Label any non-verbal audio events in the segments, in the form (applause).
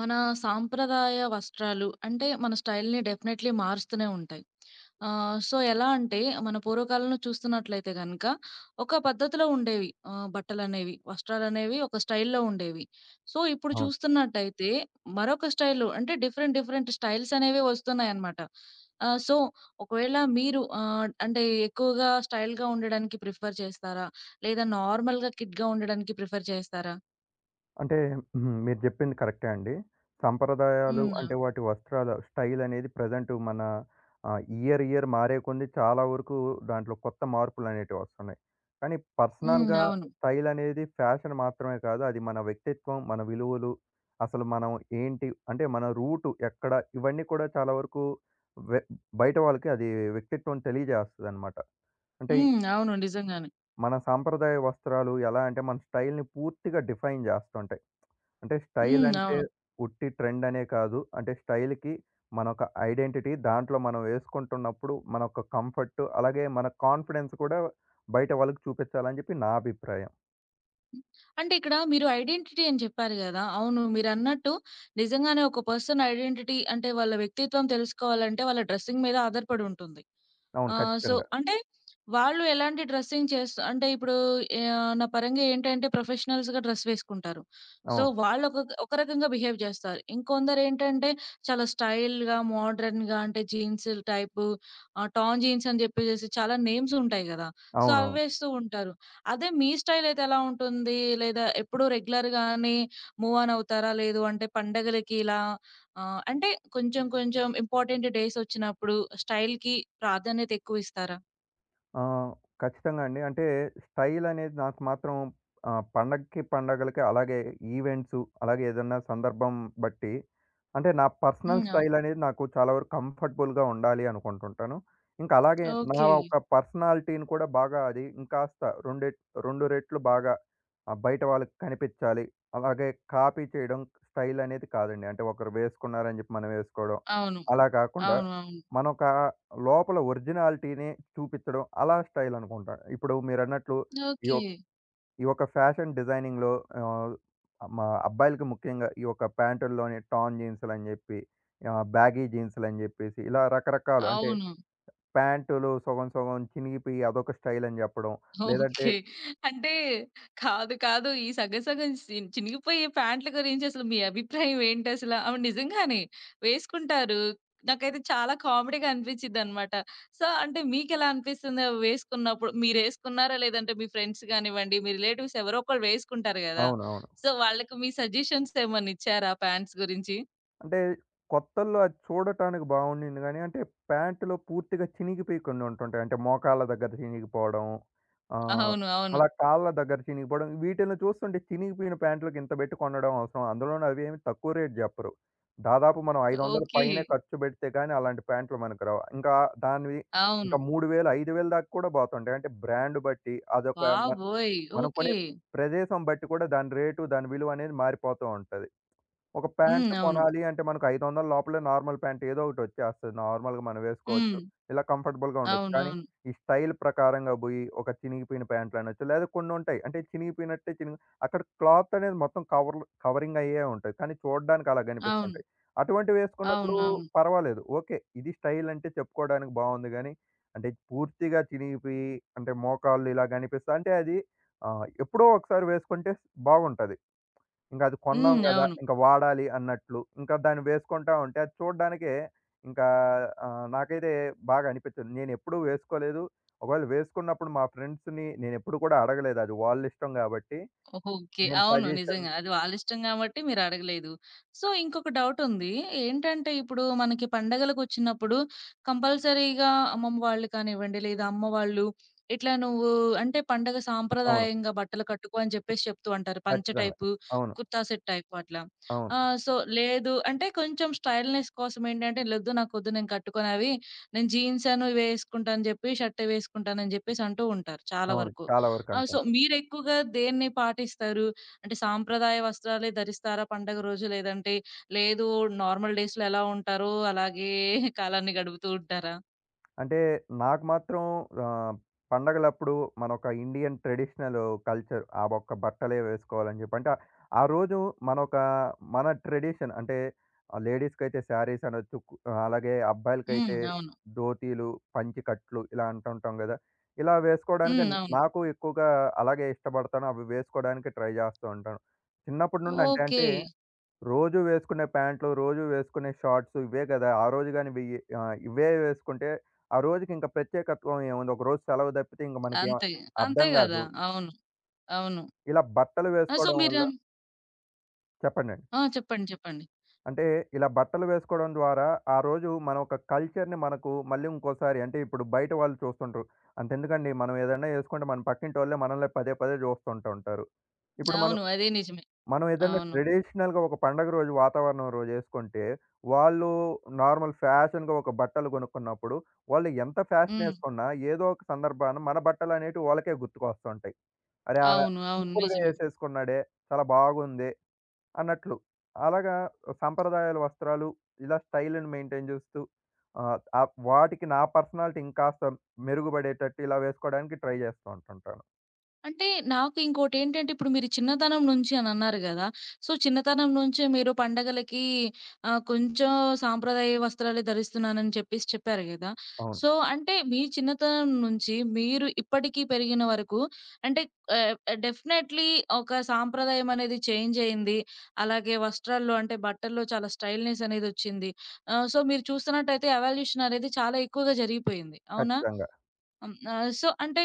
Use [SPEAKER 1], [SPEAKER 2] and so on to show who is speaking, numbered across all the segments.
[SPEAKER 1] మన సాంప్రదాయ వస్త్రాలు అంటే మన స్టైల్‌ని డెఫినైట్‌లీ మారుస్తూనే ఉంటాయి. సో, ఎలా అంటే మన పూర్వకాలంలో చూస్తున్నట్లయితే గనక ఒక పద్ధతిలో ఉండేవి బట్టలనేవి, వస్త్రాలనేవి ఒక స్టైల్‌లో ఉండేవి. సో, ఇప్పుడు
[SPEAKER 2] అవును.
[SPEAKER 1] చూస్తున్నట్టయితే మరొక స్టైల్ అంటే డిఫరెంట్ డిఫరెంట్ స్టైల్స్ అనేవి వస్తున్నాయన్నమాట. సో, ఒకవేళ మీరు అంటే ఎక్కువగా స్టైల్‌గా ఉండడానికి ప్రిఫర్ చేస్తారా? లేదా నార్మల్‌గా కిడ్‌గా ఉండడానికి ప్రిఫర్ చేస్తారా?
[SPEAKER 2] అంటే హ్మ్. మీరు జెప్పింది కరెక్టే అండి. సంప్రదాయాలు
[SPEAKER 1] హ్మ్.
[SPEAKER 2] అంటే వాటి వస్త్రాల స్టైల్ అనేది ప్రెజెంట్ మన ఇయర్ ఇయర్ మారే కొంది చాలా వరకు దాంట్లో కొత్త మార్పులనేటివి వస్తున్నాయి. కానీ
[SPEAKER 1] హ్మ్.
[SPEAKER 2] పర్సనల్‌గా
[SPEAKER 1] అవును.
[SPEAKER 2] స్టైల్ అనేది ఫ్యాషన్ మాత్రమే కాదు. అది మన వ్యక్తిత్వం, మన విలువలు, అసలు మనం ఏంటి అంటే మన రూట్ ఎక్కడ ఇవన్నీ కూడా చాలా వరకు వె బయట వాళ్ళకి అది వ్యక్తిత్వం తెలియజేస్తదనమాట. అంటే
[SPEAKER 1] హ్మ్. అవును. నిజంగానే.
[SPEAKER 2] మన సాంప్రదాయ వస్త్రాలు ఎలా అంటే మన స్టైల్‌ని పూర్తిగా డిఫైన్ చేస్తుంటాయి. అంటే స్టైల్
[SPEAKER 1] హ్మ్.
[SPEAKER 2] అంటే
[SPEAKER 1] అవును.
[SPEAKER 2] ఉట్టి ట్రెండ్ అనే కాదు. అంటే స్టైల్‌కి మనొక ఐడెంటిటీ దాంట్లో మనం వేసుకుంటున్నప్పుడు మన యొక్క కంఫర్ట్ అలాగే మన కాన్ఫిడెన్స్ కూడా బయట వాళ్ళకి చూపించాలని చెప్పి నా అభిప్రాయం.
[SPEAKER 1] అంటే ఇక్కడ మీరు ఐడెంటిటీ అని చెప్పారు గదా! అవును. మీరన్నట్టు నిజంగానే ఒక పర్సన్ ఐడెంటిటీ అంటే వాళ్ళ వ్యక్తిత్వం తెలుసుకోవాలంటే వాళ్ళ డ్రెసింగ్ మీద ఆధారపడి ఉంటుంది.
[SPEAKER 2] అవును.
[SPEAKER 1] సో,
[SPEAKER 2] ఖచ్చితంగా.
[SPEAKER 1] అంటే వాళ్ళు ఎలాంటి డ్రెస్సింగ్ చేస్త అంటే ఇప్పుడు నా పరంగా ఏంటంటే ప్రొఫెషనల్స్‌గా డ్రెస్ వేసుకుంటారు. సో,
[SPEAKER 2] అవును.
[SPEAKER 1] వాళ్ళు ఒక ఒక రకంగా బిహేవ్ చేస్తారు. ఇంకొందరేంటంటే చాలా స్టైల్‌గా, మోడర్న్‌గా అంటే జీన్స్ టైపు టాన్ జీన్స్ అని జెప్పేసేసి చాలా నేమ్స్ ఉంటాయి గదా! సో, అవి
[SPEAKER 2] అవునవును.
[SPEAKER 1] వేస్తూ ఉంటారు. అదే మీ స్టైలయితే ఎలా ఉంటుంది? లేదా ఎప్పుడు రెగ్యులర్‌గానే మూవ్ ఆన్ అవుతారా? లేదు అంటే పండగలకి ఇలా అంటే కొంచెం కొంచెం ఇంపార్టెంట్ డేస్ వచ్చినప్పుడు స్టైల్‌కి ప్రాధాన్యత ఎక్కువిస్తారా?
[SPEAKER 2] ఆ! ఖచ్చితంగా అండి. అంటే స్టైల్ అనేది నాకు మాత్రం పండగకి, పండగలకి అలాగే ఈవెంట్సు అలాగే ఏదన్నా సందర్భం బట్టి అంటే నా పర్సనల్
[SPEAKER 1] హ్మ్. అవును.
[SPEAKER 2] స్టైల్ అనేది నాకు చాలా వరకు కంఫర్టబుల్‌గా ఉండాలి అనుకుంటుంటాను. ఇంకా అలాగే నా
[SPEAKER 1] ఓకే.
[SPEAKER 2] ఒక పర్సనాలిటీని కూడా బాగా అది ఇంకాస్త రెండెట్ 2 రెట్లు బాగా బయట వాళ్ళకి కనిపించాలి. అలాగే కాపీ చేయడం స్టైల్ అనేది కాదండి. అంటే ఒకరు వేసుకున్నారని చెప్పి మనం వేసుకోవడం
[SPEAKER 1] అవును.
[SPEAKER 2] అలా కాకుండా
[SPEAKER 1] అవును. అవును.
[SPEAKER 2] మనొక లోపల ఒరిజినాలిటీ‌ని చూపిచ్చడం అలా స్టైల్ అనుకుంటా. ఇప్పుడు మీరన్నట్లు ఈ
[SPEAKER 1] ఓకే.
[SPEAKER 2] యొక్ ఈ యొక్క ఫ్యాషన్ డిజైనింగ్‌లో ఆహ్, మా అబ్బాయిలకి ముఖ్యంగా ఈ యొక్క ప్యాంటుల్లోని టార్న్ జీన్స్‌లని జెప్పి, బ్యాగీ జీన్స్‌లని జెప్పేసి ఇలా రకరకాలు అంటే
[SPEAKER 1] అవును.
[SPEAKER 2] ప్యాంటులు సగం సగం చినిగిపోయి అదొక స్టైల్ అని జెప్పడం. లేదంటే
[SPEAKER 1] ఓకే. అంటే కాదు, కాదు. ఈ సగం సగం చినిగిపోయే ప్యాంట్ల గురించి అసలు మీ అభిప్రాయం ఏంటసల? అవును, నిజంగానే వేసుకుంటారు. నాకైతే చాలా కామెడీగా అనిపించిద్దనమాట. సో, అంటే మీకెలా అనిపిస్తుంది అవి వేసుకున్నప్పుడు? మీరేసుకున్నారా? లేదంటే మీ ఫ్రెండ్స్ గానివ్వండి, మీ రిలేటివ్స్ ఎవరో ఒకళ్ళు వేసుకుంటారు గదా!
[SPEAKER 2] అవునవును.
[SPEAKER 1] సో, వాళ్ళకి మీ సజెషన్స్ ఏమన్నా ఇచ్చారా ప్యాంట్స్ గురించి?
[SPEAKER 2] అంటే కొత్తల్లో అది చూడటానికి బావుండింది గానీ, అంటే ప్యాంటులో పూర్తిగా చినిగిపోయి కొన్ని ఉంటుంటాయి. అంటే మోకాళ్ళ దగ్గర చినిగిపోవడం. ఆహ్,
[SPEAKER 1] అవును. అవును.
[SPEAKER 2] అలా కాళ్ళ దగ్గర చినిగిపోవడం. వీటిల్ని చూస్తుంటే చినిగిపోయిన ప్యాంట్లకి ఇంత బెట్టి కొనడం అవసరమా? అందులోనూ అవేమి తక్కువ రేట్ జెప్పరు. దాదాపు మనం 500
[SPEAKER 1] ఓకే.
[SPEAKER 2] పైనే ఖర్చు బెడితే గానీ అలాంటి ప్యాంట్లు మనకు రావు. ఇంకా దానివి
[SPEAKER 1] అవును.
[SPEAKER 2] ఇంకా 3,000, 5,000 దాకా కూడా బోతుంటాయి. అంటే బ్రాండ్ బట్టి అదొక మ
[SPEAKER 1] బాబోయ్!
[SPEAKER 2] మనం కొనే
[SPEAKER 1] ఓకే.
[SPEAKER 2] ప్రదేశం బట్టి కూడా దాని రేటు, దాని విలువ అనేది మారిపోతూ ఉంటది. ఒక
[SPEAKER 1] హ్మ్.
[SPEAKER 2] ప్యాంట్
[SPEAKER 1] అవును.
[SPEAKER 2] కొనాలి అంటే మనకు 500 లోపలే నార్మల్ ప్యాంట్ ఏదో ఒకటి వచ్చేస్తది. నార్మల్‌గా మనం వేసుకోవచ్చు.
[SPEAKER 1] హ్మ్.
[SPEAKER 2] ఇలా కంఫర్టబుల్‌గా ఉండొచ్చు. కానీ
[SPEAKER 1] అవునవును.
[SPEAKER 2] ఈ స్టైల్ ప్రకారంగా బోయి ఒక చినిగిపోయిన ప్యాంట్లు అనొచ్చు. లేదా కొన్ని ఉంటాయి. అంటే చినిగిపోయినట్టే చినిగి అక్కడ క్లాత్ అనేది మొత్తం కవరింగ్ అయ్యే ఉంటాయి. కానీ చూడడానికి అలా
[SPEAKER 1] అవును. అవును,
[SPEAKER 2] కనిపిస్తుంటాయి. అటువంటివి వేసుకున్నప్పుడు
[SPEAKER 1] అవును. అవును.
[SPEAKER 2] పర్వాలేదు. ఓకే. ఇది స్టైల్ అంటే చెప్పుకోవడానికి బావుంది గానీ, అంటే పూర్తిగా చినిగిపోయి అంటే మోకాళ్ళు ఇలా కనిపిస్తా అంటే అది ఎప్పుడో ఒకసారి వేసుకుంటే బాగుంటది. ఇంక అది కొన్నాం
[SPEAKER 1] హ్మ్.
[SPEAKER 2] హ్మ్. గదా!
[SPEAKER 1] అవును.
[SPEAKER 2] ఇంక వాడాలి అన్నట్లు. ఇంకా దాన్ని వేసుకుంటా ఉంటే అది చూడ్డానికే ఇంకా నాకైతే బాగా అనిపించింది. నేనెప్పుడూ వేసుకోలేదు. ఒకవేళ వేసుకున్నప్పుడు మా ఫ్రెండ్స్‌ని నేనెప్పుడు కూడా అడగలేదు. అది వాళ్ళిష్టం గాబట్టి
[SPEAKER 1] ఓకే.
[SPEAKER 2] నేను
[SPEAKER 1] అవును.
[SPEAKER 2] సజెషన్
[SPEAKER 1] నిజంగా. అది వాళ్ళిష్టం గాబట్టి మీరడగలేదు. సో, ఇంకొక డౌటుంది. ఏంటంటే, ఇప్పుడు మనకి పండగలకొచ్చినప్పుడు కంపల్సరీగా అమ్మమ్మ వాళ్ళు కానివ్వండి, లేదా అమ్మ వాళ్ళు, ఇట్లా నువ్వు అంటే పండగ
[SPEAKER 2] అవును.
[SPEAKER 1] సాంప్రదాయంగా బట్టలు కట్టుకో అని చెప్పేసి చెప్తూ ఉంటారు. పంచె
[SPEAKER 2] ఖచ్చితంగా.
[SPEAKER 1] టైపు,
[SPEAKER 2] అవును.
[SPEAKER 1] కుర్తా సెట్ టైపు అట్లా.
[SPEAKER 2] అవును.
[SPEAKER 1] సో, లేదు అంటే కొంచెం స్టైల్‌నెస్ కోసం ఏంటంటే, "లొద్దు నాకొద్దు నేను కట్టుకోను అవి. నేను జీన్స్ అను ఇవే యేసుకుంటా" అని చెప్పి, షర్ట్ వేసుకుంటానని చెప్పేసి అంటూ ఉంటారు చాలా
[SPEAKER 2] అవును.
[SPEAKER 1] వరకు.
[SPEAKER 2] చాలా వరకు
[SPEAKER 1] ఆ!
[SPEAKER 2] అంతే.
[SPEAKER 1] సో, మీరెక్కువగా దేన్ని పాటిస్తారు? అంటే సాంప్రదాయ వస్త్రాలే ధరిస్తారా పండగ రోజు? లేదంటే లేదు నార్మల్ డేస్‌లో ఎలా ఉంటారో అలాగే కాలాన్ని గడుపుతూ ఉంటారా?
[SPEAKER 2] అంటే నాకు మాత్రం ఆహ్, పండగలప్పుడు మనొక ఇండియన్ ట్రెడిషనల్ కల్చర్ ఆ ఒక్క బట్టలే వేసుకోవాలని చెప్పి. అంటే ఆ రోజు మనొక మన ట్రెడిషన్ అంటే లేడీస్‌కైతే శారీస్ అనొచ్చు. అలాగే
[SPEAKER 1] హ్మ్.
[SPEAKER 2] అబ్బాయిలకైతే
[SPEAKER 1] అవును.
[SPEAKER 2] ధోతీలు, పంచెకట్లు ఇలా అంటుంటాం గదా! ఇలా వేసుకోవడానికి
[SPEAKER 1] హ్మ్. అవును.
[SPEAKER 2] నాకు ఎక్కువగా అలాగే ఇష్టపడతాను. అవి వేసుకోవడానికి ట్రై జేస్తూ ఉంటాను. చిన్నప్పటి నుండి అంటే
[SPEAKER 1] ఓకే.
[SPEAKER 2] అంటే రోజూ వేసుకునే ప్యాంట్లు, రోజూ వేసుకునే షార్ట్స్ ఇవే గదా! ఆ రోజు గాని వెయ్యి ఇవే వేసుకుంటే ఆ రోజుకింక ప్రత్యేకత్వం ఏముంది? ఒకరోజు సెలవు తప్పితే ఇంక మనకేం
[SPEAKER 1] అంతే. అంతే
[SPEAKER 2] అర్థం
[SPEAKER 1] గదా!
[SPEAKER 2] గాదు.
[SPEAKER 1] అవును. అవును.
[SPEAKER 2] ఇలా బట్టలు
[SPEAKER 1] ఆ! సో,
[SPEAKER 2] వేసుకోవడం
[SPEAKER 1] మీరు
[SPEAKER 2] వల్ల చెప్పండండి.
[SPEAKER 1] ఆ! చెప్పండి. చెప్పండి.
[SPEAKER 2] అంటే ఇలా బట్టలు వేసుకోవడం ద్వారా ఆ రోజు మన ఒక కల్చర్‌ని మనకు మళ్ళీ ఇంకోసారి అంటే ఇప్పుడు బయట వాళ్ళు చూస్తుంటరు. అంతెందుకండి మనం ఏదైనా యేసుకుంటే మన పక్కింటోళ్ళే మనల్ని పదే పదే జూస్తుంటూ ఉంటారు. ఇప్పుడు మనం
[SPEAKER 1] అవును. అదే నిజమే.
[SPEAKER 2] మనం ఏదన్నా
[SPEAKER 1] అవును.
[SPEAKER 2] ట్రెడిషనల్‌గా ఒక పండగ రోజు వాతావరణం రోజు యేసుకుంటే, వాళ్ళు నార్మల్ ఫ్యాషన్‌గా ఒక బట్టలు గొనుక్కున్నప్పుడు, వాళ్ళు ఎంత ఫ్యాషన్
[SPEAKER 1] హ్మ్.
[SPEAKER 2] యేసుకున్నా ఏదో ఒక సందర్భాన మన బట్టలనేటివి వాళ్ళకే గుర్తుకొస్తుంటాయి. అరే!
[SPEAKER 1] అవును. అవును.
[SPEAKER 2] సింపుల్‌గా
[SPEAKER 1] నిజమే.
[SPEAKER 2] యేసేసుకున్నాడే చాలా బాగుంది అన్నట్లు. అలాగా సంప్రదాయాల వస్త్రాలు ఇలా స్టైల్‌ని మెయింటైన్ జేస్తూ ఆహ్, ఆహ్, వాటికి నా పర్సనాలిటీ ఇంకాస్త మెరుగుబడేటట్టు ఇలా వేసుకోవడానికి ట్రై జేస్తూ ఉంటుంటాను.
[SPEAKER 1] అంటే నాకు ఇంకోటేంటంటే, ఇప్పుడు మీరు చిన్నతనం నుంచి అనన్నారు గదా! సో, చిన్నతనం నుంచే మీరు పండగలకి కొంచెం సాంప్రదాయ వస్త్రాలే ధరిస్తున్నానని చెప్పేసి చెప్పారు గదా!
[SPEAKER 2] అవును.
[SPEAKER 1] సో, అంటే మీ చిన్నతనం నుంచి మీరు ఇప్పటికి పెరిగిన వరకు అంటే ఆహ్, డెఫినైట్‌లీ ఒక సాంప్రదాయం అనేది చేంజ్ అయింది. అలాగే వస్త్రాల్లో అంటే బట్టల్లో చాలా స్టైల్‌నెస్ అనేదొచ్చింది. సో, మీరు చూస్తున్నట్టయితే ఎవల్యూషన్ అనేది చాలా ఎక్కువగా జరిగిపోయింది. అవునా?
[SPEAKER 2] ఖచ్చితంగా.
[SPEAKER 1] హ్మ్. సో, అంటే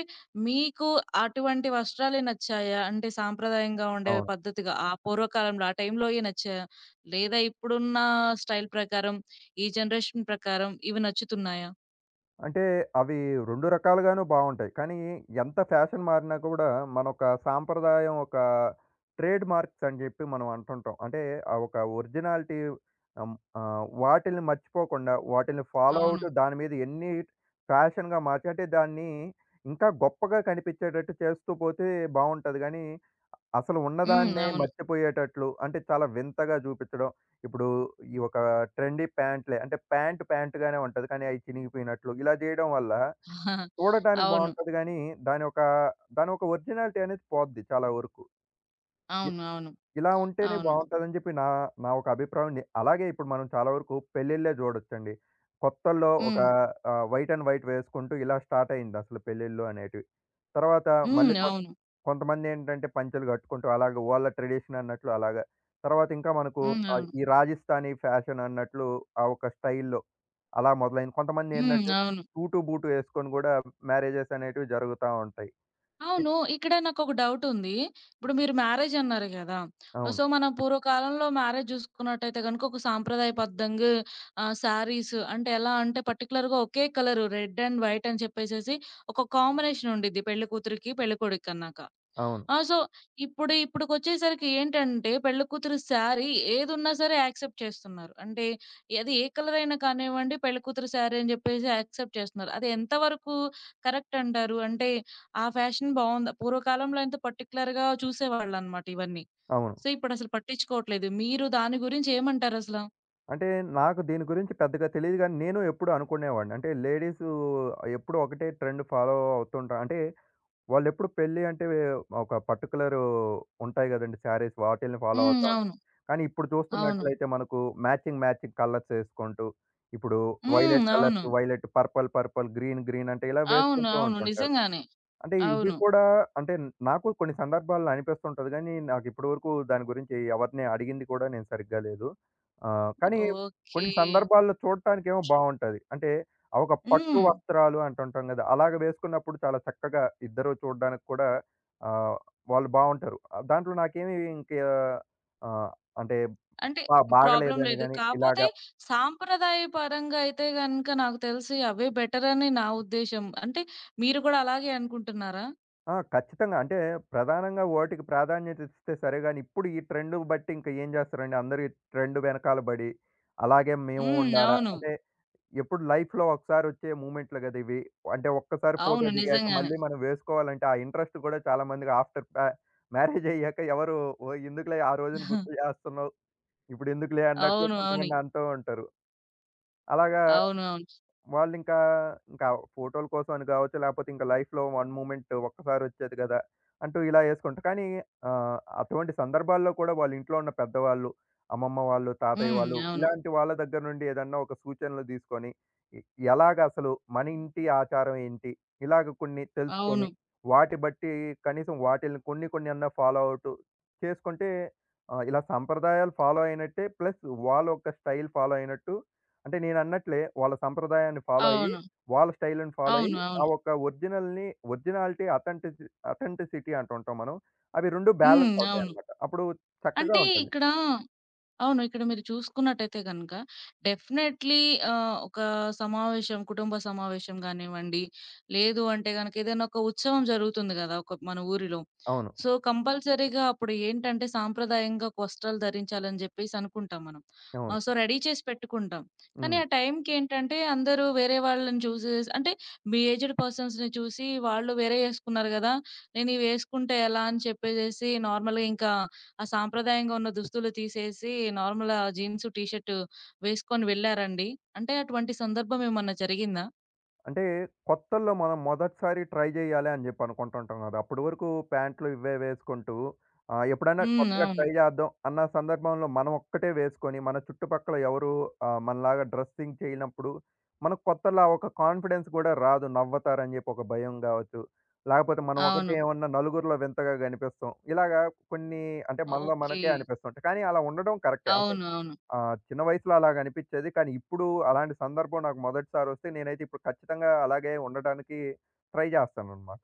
[SPEAKER 1] మీకు అటువంటి వస్త్రాలే నచ్చాయా? అంటే సాంప్రదాయంగా ఉండే
[SPEAKER 2] అవును.
[SPEAKER 1] పద్ధతిగా ఆ పూర్వకాలంలో ఆ టైంలోయే నచ్చాయా? లేదా ఇప్పుడున్న స్టైల్ ప్రకారం ఈ జనరేషన్ ప్రకారం ఇవి నచ్చుతున్నాయా?
[SPEAKER 2] అంటే అవి 2 రకాలుగాను బావుంటాయి. కానీ ఎంత ఫ్యాషన్ మారినా కూడా మనొక సాంప్రదాయం ఒక ట్రేడ్ మార్క్స్ అని జెప్పి మనం అంటుంటాం. అంటే ఆ ఒక ఒరిజినాలిటీ ఆహ్, ఆహ్, వాటిల్ని మర్చిపోకుండా వాటిల్ని ఫాలో
[SPEAKER 1] అవును.
[SPEAKER 2] అవుతూ దాని మీద ఎన్ని ఫ్యాషన్‌గా మార్చి అంటే దాన్ని ఇంకా గొప్పగా కనిపించేటట్టు చేస్తూ పోతే బావుంటది గానీ అసలు
[SPEAKER 1] హ్మ్.
[SPEAKER 2] ఉన్నదాన్నే
[SPEAKER 1] అవును.
[SPEAKER 2] మర్చిపోయేటట్లు అంటే చాలా వింతగా చూపించడం. ఇప్పుడు ఈ ఒక ట్రెండీ ప్యాంట్‌లే అంటే ప్యాంట్‌గానే ఉంటది. కానీ అయి చినిగిపోయినట్లు ఇలా చేయడం వల్ల
[SPEAKER 1] (laughs)
[SPEAKER 2] చూడటానికి
[SPEAKER 1] అవును.
[SPEAKER 2] బావుంటది గానీ దాని యొక్క దాని యొక్క ఒరిజినాలిటీ అనేది పోద్ది చాలా వరకు. ఇ
[SPEAKER 1] అవును. అవును.
[SPEAKER 2] ఇలా ఉంటేనే
[SPEAKER 1] అవును.
[SPEAKER 2] బావుంటదని చెప్పి నా నా ఒక అభిప్రాయం. నే అలాగే ఇప్పుడు మనం చాలా వరకు పెళ్ళిళ్ళే చూడొచ్చండి. కొత్తల్లో ఒక
[SPEAKER 1] హ్మ్.
[SPEAKER 2] వైట్ అండ్ వైట్ వేసుకుంటూ ఇలా స్టార్ట్ అయింది అసలు పెళ్ళిళ్ళు అనేటివి. తర్వాత
[SPEAKER 1] హ్మ్.
[SPEAKER 2] మళ్ళీ
[SPEAKER 1] అవును.
[SPEAKER 2] కొంతమంది ఏంటంటే పంచెలు కట్టుకుంటూ అలాగా వాళ్ళ ట్రెడిషన్ అన్నట్లు అలాగా. తర్వాత ఇంకా మనకు
[SPEAKER 1] హ్మ్. అవును.
[SPEAKER 2] ఈ రాజస్థానీ ఫ్యాషన్ అన్నట్లు ఆ ఒక స్టైల్‌లో అలా మొదలైంది. కొంతమంది
[SPEAKER 1] హ్మ్.
[SPEAKER 2] ఏంటంటే
[SPEAKER 1] అవును.
[SPEAKER 2] సూటు, బూటు ఏసుకొని గూడా మ్యారేజెస్ అనేటివి జరుగుతా ఉంటాయి. ఇ
[SPEAKER 1] అవును. ఇక్కడ నాకొక డౌటుంది. ఇప్పుడు మీరు మ్యారేజ్ అన్నారు గదా!
[SPEAKER 2] అవును.
[SPEAKER 1] సో, మనం పూర్వకాలంలో మ్యారేజ్ జూసుకున్నట్టయితే గనుక ఒక సాంప్రదాయబద్ధంగా శారీస్ అంటే ఎలా అంటే పర్టిక్యులర్‌గా ఒకే కలరు రెడ్ అండ్ వైట్ అని చెప్పేసేసి ఒక కాంబినేషన్ ఉండిద్ది పెళ్లి కూతురికి, పెళ్ళికొడుక్కన్నాక.
[SPEAKER 2] అవును.
[SPEAKER 1] ఆ! సో, ఇప్పుడుకొచ్చేసరికి ఏంటంటే పెళ్లి కూతురు శారీ ఏదున్నా సరే యాక్సెప్ట్ చేస్తున్నారు. అంటే అది ఏ కలర్ అయినా కానివ్వండి పెళ్లి కూతురు శారీ అని జెప్పేసి యాక్సెప్ట్ చేస్తున్నారు. అది ఎంత వరకు కరెక్ట్ అంటారు? అంటే ఆ ఫ్యాషన్ బావుందా? పూర్వకాలంలో ఎంత పర్టిక్యులర్‌గా చూసేవాళ్ళనమాట ఇవన్నీ.
[SPEAKER 2] అవును.
[SPEAKER 1] సో, ఇప్పుడసలు పట్టించుకోవట్లేదు. మీరు దాని గురించి ఏమంటారసల?
[SPEAKER 2] అంటే నాకు దీని గురించి పెద్దగా తెలీదు గానీ, నేను ఎప్పుడూ అనుకునేవాడిని. అంటే లేడీసు ఎప్పుడూ ఒకటే ట్రెండ్ ఫాలో అవుతుంటా అంటే వాళ్ళెప్పుడు పెళ్లి అంటే ఒక పర్టిక్యులర్ ఉంటాయి గదండీ! శారీస్ వాటిల్ని ఫాలో
[SPEAKER 1] హ్మ్.
[SPEAKER 2] అవుతా ఉంటారు.
[SPEAKER 1] అవును.
[SPEAKER 2] కానీ ఇప్పుడు
[SPEAKER 1] అవును.
[SPEAKER 2] చూస్తున్నట్లయితే మనకు మ్యాచింగ్, మ్యాచింగ్ కలర్స్ ఎసుకుంటూ ఇప్పుడు
[SPEAKER 1] హ్మ్.
[SPEAKER 2] వైలెట్ కలర్స్
[SPEAKER 1] అవును.
[SPEAKER 2] Violet, purple, purple, green, green అంటే ఇలా
[SPEAKER 1] అవును.
[SPEAKER 2] వేసుకుంటూ
[SPEAKER 1] అవును.
[SPEAKER 2] ఉంటుంటారు.
[SPEAKER 1] నిజంగానే.
[SPEAKER 2] అంటే ఇవి
[SPEAKER 1] అవును.
[SPEAKER 2] కూడా అంటే నాకు కొన్ని సందర్భాల్లో అనిపిస్తుంటది గానీ, నాకు ఇప్పటివరకు దాని గురించి ఎవరిని అడిగింది కూడా నేను సరిగ్గా లేదు. కానీ
[SPEAKER 1] ఓకే.
[SPEAKER 2] కొన్ని సందర్భాల్లో చూడటానికేమో బావుంటది. అంటే ఆ ఒక పట్టు
[SPEAKER 1] హ్మ్.
[SPEAKER 2] వస్త్రాలు అంటుంటాం గదా! అలాగ వేసుకున్నప్పుడు చాలా చక్కగా ఇద్దరు చూడడానికి కూడా ఆహ్, వాళ్ళు బావుంటారు. దాంట్లో నాకేమి ఇంక ఆహ్, అంటే
[SPEAKER 1] అంటే ప్రాబ్లమ్
[SPEAKER 2] బాగలేదని
[SPEAKER 1] లేదు.
[SPEAKER 2] గాని ఇలాగ
[SPEAKER 1] కాపోతే సాంప్రదాయ పరంగా అయితే గనక నాకు తెలిసి అవే బెటరని నా ఉద్దేశ్యం. అంటే మీరు కూడా అలాగే అనుకుంటున్నారా?
[SPEAKER 2] ఆ! ఖచ్చితంగా. అంటే ప్రధానంగా వాటికి ప్రాధాన్యత ఇస్తే సరే గాని, ఇప్పుడు ఈ ట్రెండ్ బట్టి ఇంక ఏం చేస్తారండి అందరూ ఈ ట్రెండ్ వెనకాల బడి, అలాగే మేము
[SPEAKER 1] హ్మ్.
[SPEAKER 2] ఉండాలా
[SPEAKER 1] అవును.
[SPEAKER 2] అంటే ఎప్పుడు లైఫ్‌లో ఒకసారొచ్చే మూమెంట్లు గదా! ఇవి. అంటే ఒక్కసారి ఫోటో
[SPEAKER 1] అవును.
[SPEAKER 2] దిగాక
[SPEAKER 1] నిజంగానే.
[SPEAKER 2] మళ్ళీ మనం వేసుకోవాలంటే ఆ ఇంట్రెస్ట్ గూడా చాలామందికి ఆఫ్టర్ మ్యారేజ్ అయ్యాక ఎవరు ఓహ్! ఎందుకులే ఆ రోజున గుర్తు జేస్తున్నావు. ఇప్పుడెందుకులే అన్నట్లు
[SPEAKER 1] అవును. అవును.
[SPEAKER 2] కొంతమంది అంటూ ఉంటారు. అలాగా
[SPEAKER 1] అవును. అవును.
[SPEAKER 2] వాళ్ళింకా, ఇంకా ఇంకా ఫోటోల కోసం అని గావచ్చు, లేపోతే ఇంకా లైఫ్‌లో వన్ మూమెంట్ ఒక్కసారొచ్చేది గదా! అంటూ ఇలా యేసుకుంటారు. కానీ అటువంటి సందర్భాల్లో కూడా వాళ్ళింట్లో ఉన్న పెద్దవాళ్ళు, అమ్మమ్మ వాళ్ళు, తాతయ్య
[SPEAKER 1] హ్మ్.
[SPEAKER 2] వాళ్ళు
[SPEAKER 1] అవును.
[SPEAKER 2] ఇలాంటి వాళ్ళ దగ్గర నుండి ఏదన్నా ఒక సూచనలు దీసుకొని, ఎ ఎలాగ అసలు మన ఇంటి ఆచారం ఏంటి? ఇలాగ కొన్ని తెలుసుకొని,
[SPEAKER 1] అవును.
[SPEAKER 2] వాటి బట్టి కనీసం వాటిల్ని కొన్ని కొన్ని అన్నా ఫాలో అవుతూ చేసుకుంటే ఇలా సంప్రదాయాలు ఫాలో అయినట్టే ప్లస్ వాళ్ళొక స్టైల్ ఫాలో అయినట్టు అంటే నేనన్నట్లే వాళ్ళ సంప్రదాయాన్ని ఫాలో అయ్యి,
[SPEAKER 1] అవును. అవును.
[SPEAKER 2] వాళ్ళ స్టైల్‌ని ఫాలో అయ్యి,
[SPEAKER 1] అవును.
[SPEAKER 2] ఆ
[SPEAKER 1] అవును.
[SPEAKER 2] ఒక్క ఒరిజినల్‌ని ఒరిజినాలిటీ, అథెంటిసిటీ అంటుంటాం మనం. అవి 2
[SPEAKER 1] హ్మ్.
[SPEAKER 2] బ్యాలెన్స్
[SPEAKER 1] అవును.
[SPEAKER 2] అవుతాయన్నమాట. అప్పుడు చక్కగా
[SPEAKER 1] అంటే
[SPEAKER 2] ఉంటది.
[SPEAKER 1] ఇక్కడ అవును. ఇక్కడ మీరు చూసుకున్నట్టయితే గనక డెఫినైట్‌లీ ఒక సమావేశం, కుటుంబ సమావేశం గానివ్వండి, లేదు అంటే గనక ఏదైనా ఒక ఉత్సవం జరుగుతుంది గదా! ఒక మన ఊరిలో.
[SPEAKER 2] అవును.
[SPEAKER 1] సో, కంపల్సరీగా అప్పుడు ఏంటంటే సాంప్రదాయంగా వస్త్రాలు ధరించాలని జెప్పేసి అనుకుంటాం మనం.
[SPEAKER 2] అవును.
[SPEAKER 1] సో, రెడీ చేసి పెట్టుకుంటాం. కానీ
[SPEAKER 2] హ్మ్.
[SPEAKER 1] ఆ టైంకేంటంటే అందరూ వేరే వాళ్ళని చూసేసి అంటే మీ ఏజ్డ్ పర్సన్స్‌ని చూసి వాళ్ళు వేరే యేసుకున్నారు గదా! నేనివి యేసుకుంటే ఎలా అని చెప్పేసేసి నార్మల్‌గా ఇంకా ఆ సాంప్రదాయంగా ఉన్న దుస్తులు తీసేసి నార్మల్‌గా జీన్స్, టీ షర్ట్ వేసుకొని వెళ్లారండి. అంటే అటువంటి సందర్భం ఏమన్నా జరిగిందా?
[SPEAKER 2] అంటే కొత్తల్లో మనం మొదటిసారి ట్రై చేయాలి అని చెప్పి అనుకుంటుంటాం కదా! అప్పటి వరకు ప్యాంట్లు ఇవే వేసుకుంటూ ఎప్పుడైనా
[SPEAKER 1] హ్మ్.
[SPEAKER 2] కొత్తగా
[SPEAKER 1] అవును.
[SPEAKER 2] ట్రై చేద్దాం అన్న సందర్భంలో మనం ఒక్కటే వేసుకొని, మన చుట్టుపక్కల ఎవరు మనలాగా డ్రెస్సింగ్ చేయనప్పుడు, మనకు కొత్తలా ఒక కాన్ఫిడెన్స్ కూడా రాదు. నవ్వుతారని చెప్పి ఒక భయం కావచ్చు. లేకపోతే మనం ఒకటే
[SPEAKER 1] అవును.
[SPEAKER 2] ఏమన్నా నలుగురిలో వింతగా కనిపిస్తాం. ఇలాగా కొన్ని అంటే మనలో
[SPEAKER 1] ఓకే.
[SPEAKER 2] మనకే అనిపిస్తుంటాయి. కానీ అలా ఉండడం కరెక్టే.
[SPEAKER 1] అవును. అవును.
[SPEAKER 2] ఆ! చిన్న వయసులో అలాగనిపిచ్చేది. కానీ ఇప్పుడు అలాంటి సందర్భం నాకు మొదటిసారొస్తే నేనైతే ఇప్పుడు ఖచ్చితంగా అలాగే ఉండటానికి ట్రై జేస్తాననమాట.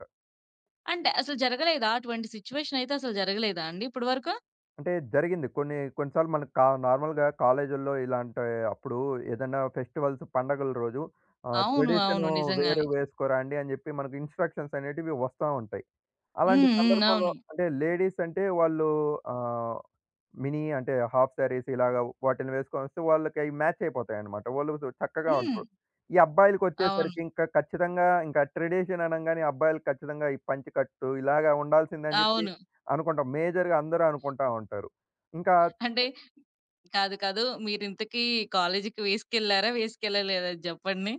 [SPEAKER 1] అంటే అసలు జరగలేదా? అటువంటి సిట్యుయేషన్ అయితే అసలు జరగలేదా అండి ఇప్పటి వరకు?
[SPEAKER 2] అంటే జరిగింది. కొన్ని కొన్ని సార్లు మనకు నార్మల్‌గా కాలేజుల్లో ఇలాంటి అప్పుడు ఏదైనా ఫెస్టివల్స్, పండగల రోజు
[SPEAKER 1] అవును. అవును.
[SPEAKER 2] ట్రెడిషను వేరు
[SPEAKER 1] నిజంగానే.
[SPEAKER 2] వేసుకోరా అండి అని జెప్పి మనకు ఇన్‌స్ట్రక్షన్స్ అనేటివి వస్తా ఉంటాయి. అలాంటి
[SPEAKER 1] హ్మ్. హ్మ్.
[SPEAKER 2] సందర్భంలో
[SPEAKER 1] అవును.
[SPEAKER 2] అంటే లేడీస్ అంటే వాళ్ళు ఆహ్, మినీ అంటే హాఫ్ శారీస్ ఇలాగ వాటిని వేసుకొనొస్తే వాళ్ళకయి మ్యాచ్ అయిపోతాయన్నమాట. వాళ్ళు చక్కగా
[SPEAKER 1] హ్మ్.
[SPEAKER 2] ఉంటారు. ఈ
[SPEAKER 1] అవును.
[SPEAKER 2] అబ్బాయిలకొచ్చేసరికి ఇంకా ఖచ్చితంగా ఇంకా ట్రెడిషన్ అనంగానే అబ్బాయిలకి ఖచ్చితంగా ఈ పంచె కట్టు ఇలాగా ఉండాల్సిందే అని జెప్పి
[SPEAKER 1] అవును.
[SPEAKER 2] అనుకుంటాం. మేజర్‌గా అందరూ అనుకుంటా ఉంటారు. ఇంకా
[SPEAKER 1] అంటే కాదు, కాదు. మీరింతకీ కాలేజికి వేసుకెళ్లారా? వేసుకెళ్ళలేదా అది జెప్పండి?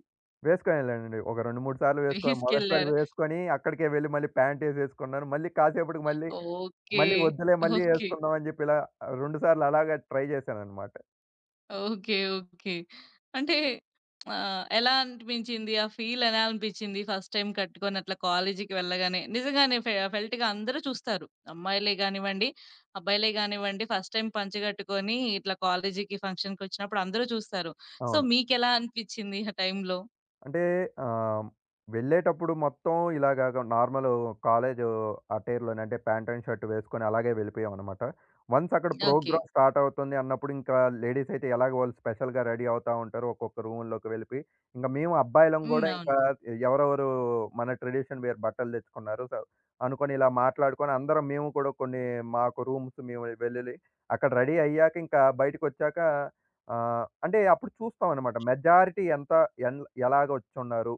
[SPEAKER 2] వేసుకొనేళ్ళానండి. ఒక 2, 3 సార్లు వేసుకొని మొదటిసారి
[SPEAKER 1] వేసుకెళ్లారు.
[SPEAKER 2] వేసుకొని అక్కడికే వెళ్లి మళ్ళీ ప్యాంటేసేసుకున్నాను. మళ్ళీ కాసేపటికి మళ్ళీ,
[SPEAKER 1] ఓకే.
[SPEAKER 2] మళ్ళీ వద్దులే మళ్ళీ
[SPEAKER 1] ఓకే.
[SPEAKER 2] ఏసుకుందాం అని జెప్పి ఇలా 2 సార్లు అలాగే ట్రై జేశానన్నమాట.
[SPEAKER 1] ఓకే. ఓకే. అంటే ఎలా అనిపించింది? ఆ ఫీల్ ఎలా అనిపించింది? ఫస్ట్ టైమ్ కట్టుకొని అట్లా కాలేజీకి వెళ్ళగానే. నిజంగానే ఫెల్ట్‌గా అందరూ చూస్తారు. అమ్మాయిలే గానివ్వండి, అబ్బాయిలే గానివ్వండి ఫస్ట్ టైమ్ పంచ కట్టుకొని ఇట్లా కాలేజీకి ఫంక్షన్‌కొచ్చినప్పుడు అందరూ చూస్తారు. సో,
[SPEAKER 2] అవును.
[SPEAKER 1] మీకెలా అనిపించింది ఆ టైంలో?
[SPEAKER 2] అంటే ఆహ్, వెళ్ళేటప్పుడు మొత్తం ఇలాగాక నార్మల్ కాలేజు అటైర్‌లోనే అంటే ప్యాంట్ అండ్ షర్ట్ వేసుకొని అలాగే వెళ్ళిపోయామనమాట. వన్స్ అక్కడ
[SPEAKER 1] ఓకే.
[SPEAKER 2] ప్రోగ్రామ్ స్టార్ట్ అవుతుంది అన్నప్పుడు ఇంకా లేడీస్ అయితే ఎలాగో వాళ్ళు స్పెషల్‌గా రెడీ అవుతా ఉంటారు. ఒక్కొక్క రూమ్‌లోకి వెళ్ళిపోయి, ఇంక మేము అబ్బాయిలం
[SPEAKER 1] హ్మ్.
[SPEAKER 2] గూడా
[SPEAKER 1] అవును.
[SPEAKER 2] ఇంకా ఎవరెవరు మన ట్రెడిషన్ వేర్ బట్టలు తెచ్చుకున్నారు అనుకోని ఇలా మాట్లాడుకొని అందరం మేము కూడా కొన్ని మాకు రూమ్స్ మేము వెళ్ళి అక్కడ రెడీ అయ్యాక ఇంకా బయటికొచ్చాక అంటే అప్పుడు చూస్తామనమాట. మెజారిటీ ఎంత ఎన్ ఎలాగ వచ్చున్నారు?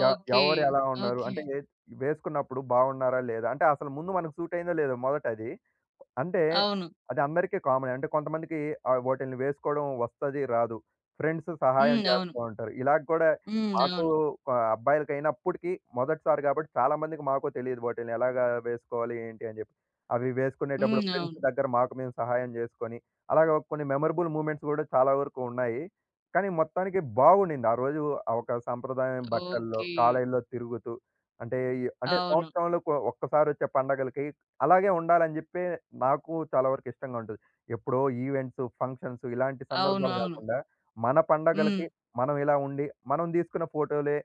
[SPEAKER 2] య
[SPEAKER 1] ఓకే.
[SPEAKER 2] ఎవరు ఎలా ఉన్నారు?
[SPEAKER 1] ఓకే.
[SPEAKER 2] అంటే ఏ వేసుకున్నప్పుడు బాగున్నారా? లేదా? అంటే అసలు ముందు మనకు సూట్ అయిందో లేదో మొదటది. అంటే
[SPEAKER 1] అవును.
[SPEAKER 2] అది అందరికీ కామనే. అంటే కొంతమందికి వాటిల్ని వేసుకోవడం వస్తది, రాదు. ఫ్రెండ్స్ సహాయం
[SPEAKER 1] హ్మ్. అవును.
[SPEAKER 2] చేస్తా ఉంటారు. ఇలాగ కూడా
[SPEAKER 1] హ్మ్.
[SPEAKER 2] మాకు
[SPEAKER 1] అవును.
[SPEAKER 2] అబ్బాయిలకైనప్పటికి మొదటిసారి కాబట్టి చాలా మందికి మాకు తెలీదు వాటిల్ని ఎలాగా వేసుకోవాలి? ఏంటి? అని చెప్పి. అవి వేసుకునేటప్పుడు
[SPEAKER 1] హ్మ్.
[SPEAKER 2] ఫ్రెండ్స్
[SPEAKER 1] అవును.
[SPEAKER 2] దగ్గర మాకు మేము సహాయం చేసుకొని అలాగ కొన్ని మెమరబుల్ మూమెంట్స్ కూడా చాలా వరకు ఉన్నాయి. కానీ మొత్తానికి బాగుండింది. ఆ రోజు ఆ ఒక సంప్రదాయం బట్టల్లో,
[SPEAKER 1] ఓకే.
[SPEAKER 2] కాలేజీలో తిరుగుతూ అంటే ఈ అంటే
[SPEAKER 1] అవును.
[SPEAKER 2] సంవత్సరంలో ఒక్కసారొచ్చే పండగలకి అలాగే ఉండాలని జెప్పి నాకు చాలా వరకు ఇష్టంగా ఉంటది. ఎప్పుడో ఈవెంట్స్, ఫంక్షన్స్ ఇలాంటి
[SPEAKER 1] అవును.
[SPEAKER 2] సందర్భాలు
[SPEAKER 1] అవును.
[SPEAKER 2] గాకుండా మన
[SPEAKER 1] హ్మ్.
[SPEAKER 2] పండగలకి మనం ఇలా ఉండి, మనం దీసుకున్న ఫోటోలే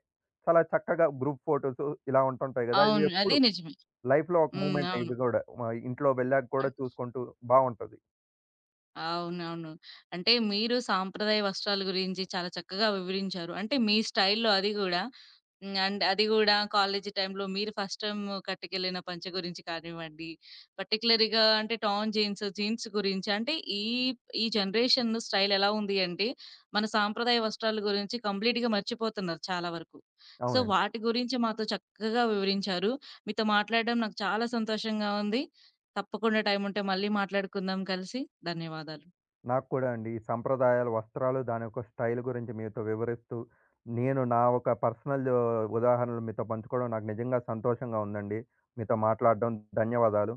[SPEAKER 2] చాలా చక్కగా గ్రూప్ ఫోటోస్ ఇలా ఉంటుంటాయి గదా! ఇవి
[SPEAKER 1] అవును. అది
[SPEAKER 2] ఎప్పుడు
[SPEAKER 1] నిజమే.
[SPEAKER 2] లైఫ్‌లో ఒక
[SPEAKER 1] హ్మ్.
[SPEAKER 2] మూమెంటే
[SPEAKER 1] అవును.
[SPEAKER 2] ఇది గూడా. మా ఇంట్లో వెళ్ళాక కూడా
[SPEAKER 1] అన్
[SPEAKER 2] చూసుకుంటూ బావుంటది.
[SPEAKER 1] అవునవును. అంటే మీరు సాంప్రదాయ వస్త్రాల గురించి చాలా చక్కగా వివరించారు. అంటే మీ స్టైల్‌లో అది గూడా హ్మ్. అండ్ అది గూడా కాలేజీ టైమ్‌లో మీరు ఫస్ట్ టైమ్ కట్టుకెళ్ళిన పంచ గురించి కానివ్వండి, పర్టిక్యులర్‌గా అంటే టార్న్ జీన్స్, జీన్స్ గురించి అంటే ఈ ఈ జనరేషన్ స్టైల్ ఎలా ఉంది అంటే మన సాంప్రదాయ వస్త్రాల గురించి కంప్లీట్‌గా మర్చిపోతున్నారు చాలా వరకు. సో,
[SPEAKER 2] అవునండి.
[SPEAKER 1] వాటి గురించి మాతో చక్కగా వివరించారు. మీతో మాట్లాడడం నాకు చాలా సంతోషంగా ఉంది. తప్పకుండా టైముంటే మళ్ళీ మాట్లాడుకుందాం కలిసి. ధన్యవాదాలు.
[SPEAKER 2] నాకు కూడా అండి. ఈ సంప్రదాయాలు, వస్త్రాలు, దాని యొక్క స్టైల్ గురించి మీతో వివరిస్తూ, నేను నా ఒక పర్సనల్ ఉదాహరణలు మీతో పంచుకోవడం నాకు నిజంగా సంతోషంగా ఉందండి. మీతో మాట్లాడడం ధన్యవాదాలు.